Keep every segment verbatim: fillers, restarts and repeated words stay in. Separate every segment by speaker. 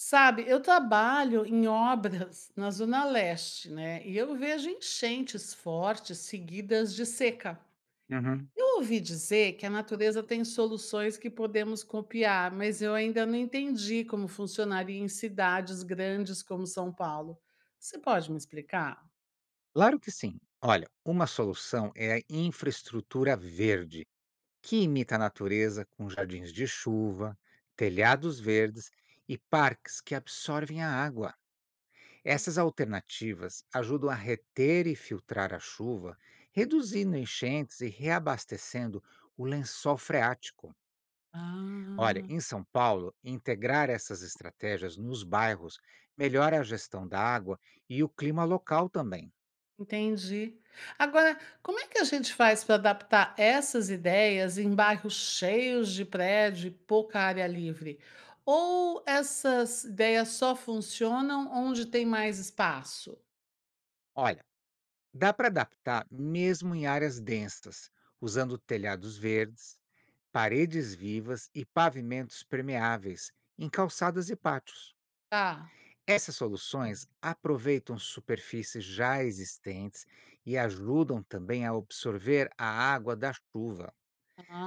Speaker 1: Sabe, eu trabalho em obras na zona leste, né? E eu vejo enchentes fortes seguidas de seca.
Speaker 2: Uhum.
Speaker 1: Eu ouvi dizer que a natureza tem soluções que podemos copiar, mas eu ainda não entendi como funcionaria em cidades grandes como São Paulo. Você pode me explicar?
Speaker 2: Claro que sim. Olha, uma solução é a infraestrutura verde, que imita a natureza com jardins de chuva, telhados verdes e parques que absorvem a água. Essas alternativas ajudam a reter e filtrar a chuva, reduzindo enchentes e reabastecendo o lençol freático. Olha,
Speaker 1: Ah.
Speaker 2: em São Paulo, integrar essas estratégias nos bairros melhora a gestão da água e o clima local também.
Speaker 1: Entendi. Agora, como é que a gente faz para adaptar essas ideias em bairros cheios de prédio e pouca área livre? Ou essas ideias só funcionam onde tem mais espaço?
Speaker 2: Olha, dá para adaptar mesmo em áreas densas, usando telhados verdes, paredes vivas e pavimentos permeáveis em calçadas e pátios.
Speaker 1: Tá.
Speaker 2: Essas soluções aproveitam superfícies já existentes e ajudam também a absorver a água da chuva.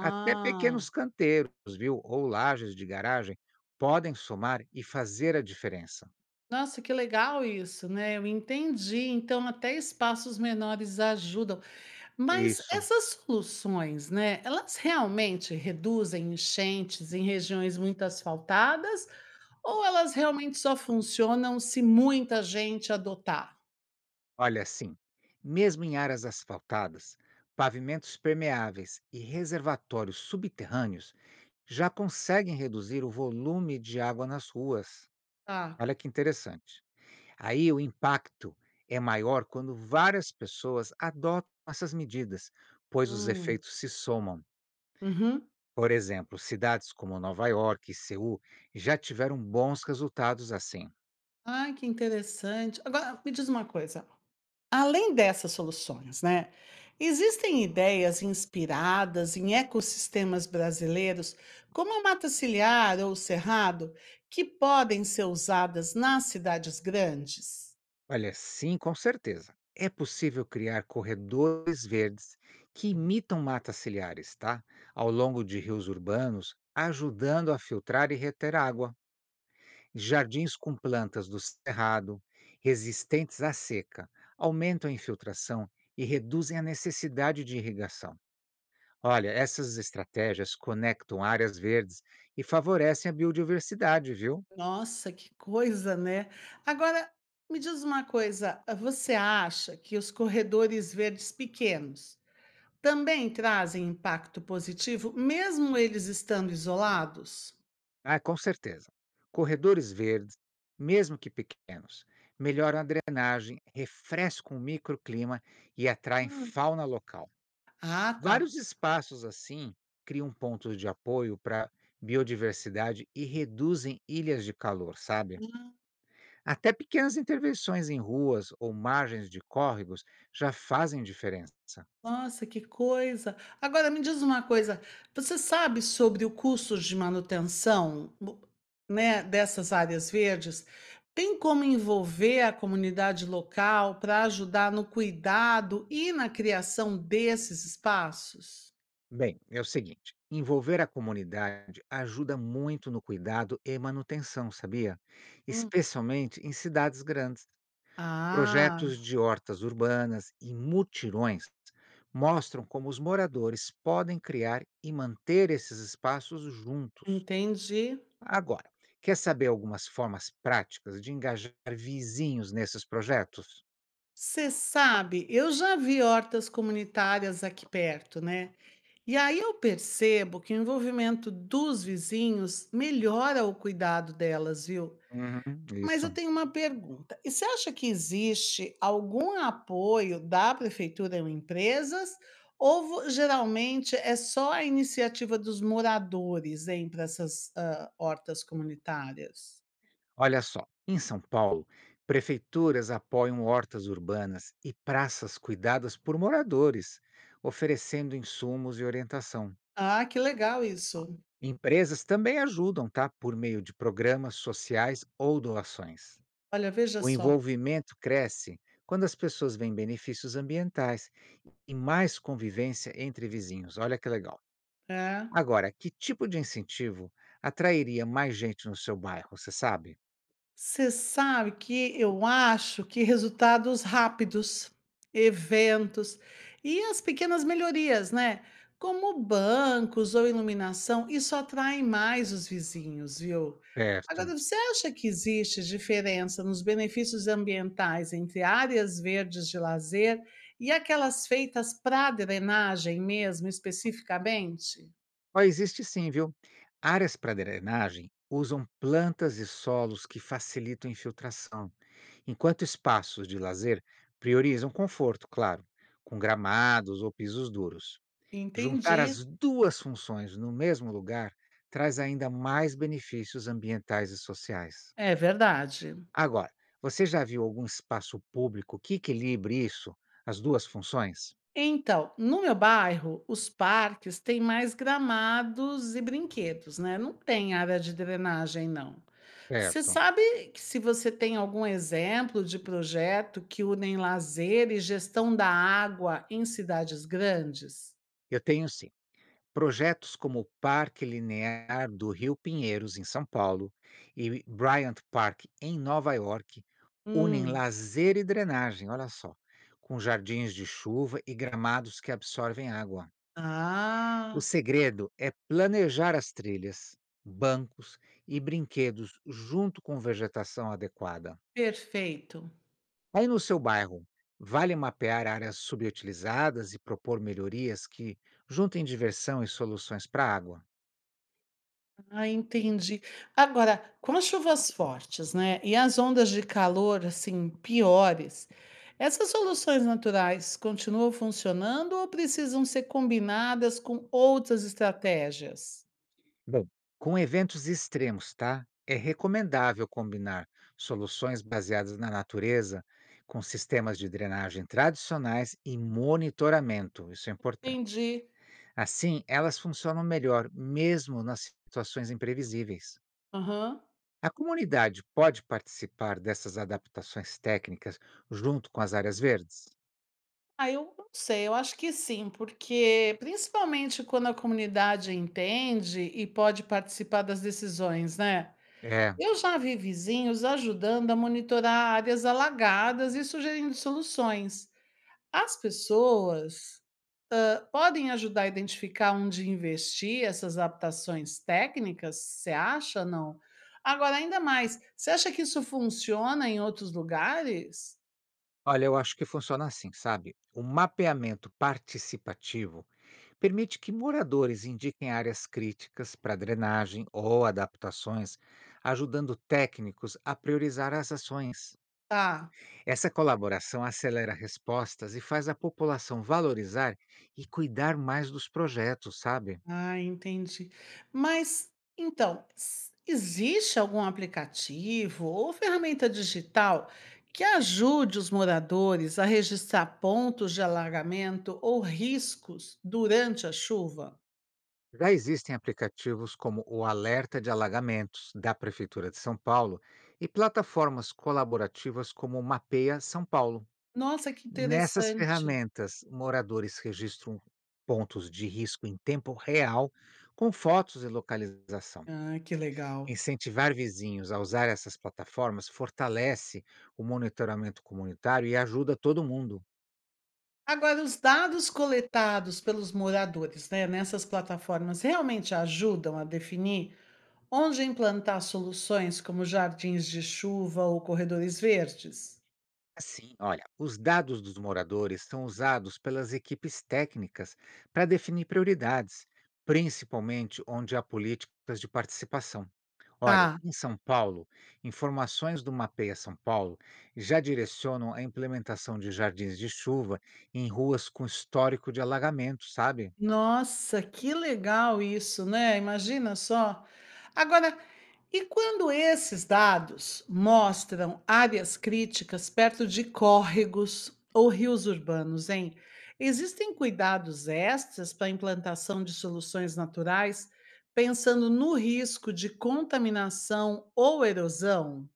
Speaker 2: Até pequenos canteiros, viu, ou lajes de garagem podem somar e fazer a diferença.
Speaker 1: nossa, que legal isso, né? Eu entendi. Então, até espaços menores ajudam. Mas
Speaker 2: Isso.
Speaker 1: essas soluções, né, elas realmente reduzem enchentes em regiões muito asfaltadas ou elas realmente só funcionam se muita gente adotar?
Speaker 2: Olha, assim, mesmo em áreas asfaltadas, pavimentos permeáveis e reservatórios subterrâneos já conseguem reduzir o volume de água nas ruas.
Speaker 1: Tá.
Speaker 2: Olha que interessante. Aí o impacto é maior quando várias pessoas adotam essas medidas, pois os
Speaker 1: Hum.
Speaker 2: efeitos se somam.
Speaker 1: Uhum.
Speaker 2: Por exemplo, cidades como Nova York e Seul já tiveram bons resultados assim.
Speaker 1: Ai, que interessante. Agora, me diz uma coisa. Além dessas soluções, né, existem ideias inspiradas em ecossistemas brasileiros, como a mata ciliar ou o cerrado, que podem ser usadas nas cidades grandes?
Speaker 2: Olha, sim, com certeza. É possível criar corredores verdes que imitam matas ciliares, tá? Ao longo de rios urbanos, ajudando a filtrar e reter água. Jardins com plantas do cerrado, resistentes à seca, aumentam a infiltração e reduzem a necessidade de irrigação. Olha, essas estratégias conectam áreas verdes e favorecem a biodiversidade, viu?
Speaker 1: Nossa, que coisa, né? Agora, me diz uma coisa, ah, você acha que os corredores verdes pequenos também trazem impacto positivo, mesmo eles estando isolados?
Speaker 2: Ah, com certeza. Corredores verdes, mesmo que pequenos, melhoram a drenagem, refrescam o microclima e atraem
Speaker 1: Hum.
Speaker 2: fauna local.
Speaker 1: Ah, tá.
Speaker 2: Vários espaços assim criam pontos de apoio para biodiversidade e reduzem ilhas de calor, sabe? Até pequenas intervenções em ruas ou margens de córregos já fazem diferença.
Speaker 1: Nossa, que coisa. Agora me diz uma coisa, você sabe sobre o custo de manutenção, bo né, dessas áreas verdes? Tem como envolver a comunidade local para ajudar no cuidado e na criação desses espaços?
Speaker 2: Bem, é o seguinte: envolver a comunidade ajuda muito no cuidado e manutenção, sabia?
Speaker 1: Hum.
Speaker 2: Especialmente em cidades grandes.
Speaker 1: Ah,
Speaker 2: Projetos de hortas urbanas e mutirões mostram como os moradores podem criar e manter esses espaços juntos.
Speaker 1: entendi.
Speaker 2: Agora, quer saber algumas formas práticas de engajar vizinhos nesses projetos?
Speaker 1: Você sabe, eu já vi hortas comunitárias aqui perto, né? E aí eu percebo que o envolvimento dos vizinhos melhora o cuidado delas, viu?
Speaker 2: Uhum,
Speaker 1: Mas
Speaker 2: isso.
Speaker 1: eu tenho uma pergunta. E você acha que existe algum apoio da prefeitura em empresas? Ou vo- geralmente é só a iniciativa dos moradores hein, para essas ah, hortas comunitárias?
Speaker 2: Olha só, em São Paulo, prefeituras apoiam hortas urbanas e praças cuidadas por moradores, oferecendo insumos e orientação.
Speaker 1: Ah, que legal isso.
Speaker 2: Empresas também ajudam, tá? Por meio de programas sociais ou doações.
Speaker 1: Olha, veja
Speaker 2: O
Speaker 1: só.
Speaker 2: envolvimento cresce quando as pessoas veem benefícios ambientais e mais convivência entre vizinhos. Olha que legal.
Speaker 1: É.
Speaker 2: Agora, que tipo de incentivo atrairia mais gente no seu bairro, você sabe?
Speaker 1: Você sabe que eu acho que resultados rápidos, eventos e as pequenas melhorias, né? Como bancos ou iluminação, isso atrai mais os vizinhos, viu?
Speaker 2: Certo.
Speaker 1: Agora, você acha que existe diferença nos benefícios ambientais entre áreas verdes de lazer e aquelas feitas para drenagem mesmo, especificamente?
Speaker 2: Ó, existe sim, viu? Áreas para drenagem usam plantas e solos que facilitam a infiltração, enquanto espaços de lazer priorizam conforto, claro, com gramados ou pisos duros. Juntar
Speaker 1: Entendi.
Speaker 2: as duas funções no mesmo lugar traz ainda mais benefícios ambientais e sociais.
Speaker 1: É verdade.
Speaker 2: Agora, você já viu algum espaço público que equilibre isso, as duas funções?
Speaker 1: Então, no meu bairro, os parques têm mais gramados e brinquedos, né? Não tem área de drenagem, não. Você
Speaker 2: Certo.
Speaker 1: sabe que se você tem algum exemplo de projeto que unem lazer e gestão da água em cidades grandes?
Speaker 2: Eu tenho sim. Projetos como o Parque Linear do Rio Pinheiros, em São Paulo, e Bryant Park, em Nova York, unem
Speaker 1: Hum.
Speaker 2: lazer e drenagem, olha só, com jardins de chuva e gramados que absorvem água. O
Speaker 1: Ah,
Speaker 2: segredo é planejar as trilhas, bancos e brinquedos junto com vegetação adequada.
Speaker 1: perfeito.
Speaker 2: Aí no seu bairro, vale mapear áreas subutilizadas e propor melhorias que juntem diversão e soluções para a água.
Speaker 1: Ah, entendi. Agora, com as chuvas fortes, né, e as ondas de calor assim piores, essas soluções naturais continuam funcionando ou precisam ser combinadas com outras estratégias?
Speaker 2: Bom, com eventos extremos, tá? É recomendável combinar soluções baseadas na natureza com sistemas de drenagem tradicionais e monitoramento, isso é importante.
Speaker 1: Entendi.
Speaker 2: Assim, elas funcionam melhor mesmo nas situações imprevisíveis.
Speaker 1: Aham.
Speaker 2: A comunidade pode participar dessas adaptações técnicas junto com as áreas verdes?
Speaker 1: Ah, eu não sei, eu acho que sim, porque principalmente quando a comunidade entende e pode participar das decisões, né?
Speaker 2: É,
Speaker 1: Eu já vi vizinhos ajudando a monitorar áreas alagadas e sugerindo soluções. As pessoas ah, podem ajudar a identificar onde investir essas adaptações técnicas, você acha, não? Agora, ainda mais, você acha que isso funciona em outros lugares?
Speaker 2: olha, eu acho que funciona assim, sabe? O mapeamento participativo permite que moradores indiquem áreas críticas para drenagem ou adaptações, ajudando técnicos a priorizar as ações.
Speaker 1: Tá.
Speaker 2: Essa colaboração acelera respostas e faz a população valorizar e cuidar mais dos projetos, sabe?
Speaker 1: Ah, entendi. Mas, então, s- existe algum aplicativo ou ferramenta digital que ajude os moradores a registrar pontos de alagamento ou riscos durante a chuva?
Speaker 2: Já existem aplicativos como o Alerta de Alagamentos da Prefeitura de São Paulo e plataformas colaborativas como o Mapeia São Paulo.
Speaker 1: Nossa, que
Speaker 2: Nessas
Speaker 1: interessante.
Speaker 2: ferramentas, moradores registram pontos de risco em tempo real, com fotos e localização.
Speaker 1: Ah, que legal.
Speaker 2: Incentivar vizinhos a usar essas plataformas fortalece o monitoramento comunitário e ajuda todo mundo.
Speaker 1: Agora, os dados coletados pelos moradores, né, nessas plataformas realmente ajudam a definir onde implantar soluções como jardins de chuva ou corredores verdes?
Speaker 2: Assim, olha, os dados dos moradores são usados pelas equipes técnicas para definir prioridades, principalmente onde há políticas de participação. Olha,
Speaker 1: Tá.
Speaker 2: em São Paulo, informações do Mapeia São Paulo já direcionam a implementação de jardins de chuva em ruas com histórico de alagamento, sabe?
Speaker 1: Nossa, que legal isso, né, imagina só. Agora, e quando esses dados mostram áreas críticas perto de córregos ou rios urbanos, hein? Existem cuidados extras para a implantação de soluções naturais, pensando no risco de contaminação ou erosão?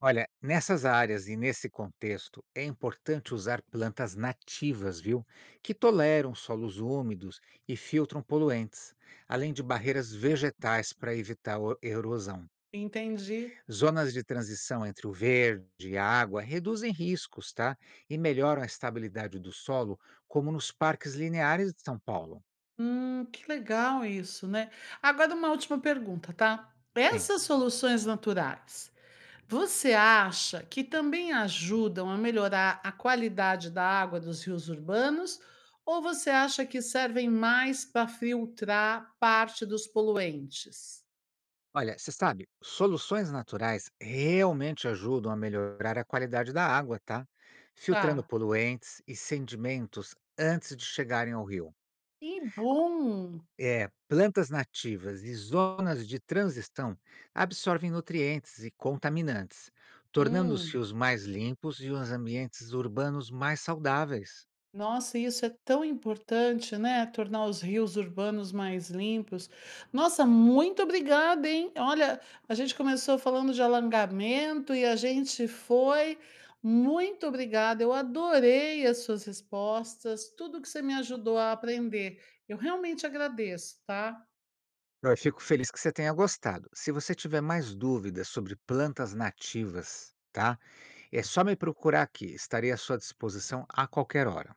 Speaker 2: Olha, nessas áreas e nesse contexto, é importante usar plantas nativas, viu? Que toleram solos úmidos e filtram poluentes, além de barreiras vegetais para evitar o- erosão.
Speaker 1: Entendi.
Speaker 2: Zonas de transição entre o verde e a água reduzem riscos, tá? E melhoram a estabilidade do solo, como nos parques lineares de São Paulo.
Speaker 1: Hum, que legal isso, né. Agora uma última pergunta, tá. Essas soluções naturais, você acha que também ajudam a melhorar a qualidade da água dos rios urbanos? Ou você acha que servem mais para filtrar parte dos poluentes?
Speaker 2: Olha, você sabe, soluções naturais realmente ajudam a melhorar a qualidade da água, tá? Filtrando
Speaker 1: Tá.
Speaker 2: poluentes e sedimentos antes de chegarem ao rio.
Speaker 1: E bom!
Speaker 2: É, plantas nativas e zonas de transição absorvem nutrientes e contaminantes, tornando os
Speaker 1: Hum.
Speaker 2: rios mais limpos e os ambientes urbanos mais saudáveis.
Speaker 1: Nossa, isso é tão importante, né? Tornar os rios urbanos mais limpos. Nossa, muito obrigada, hein? Olha, a gente começou falando de alongamento e a gente foi. Muito obrigada, eu adorei as suas respostas, tudo que você me ajudou a aprender. Eu realmente agradeço, tá?
Speaker 2: Eu fico feliz que você tenha gostado. Se você tiver mais dúvidas sobre plantas nativas, tá? É só me procurar aqui, estarei à sua disposição a qualquer hora.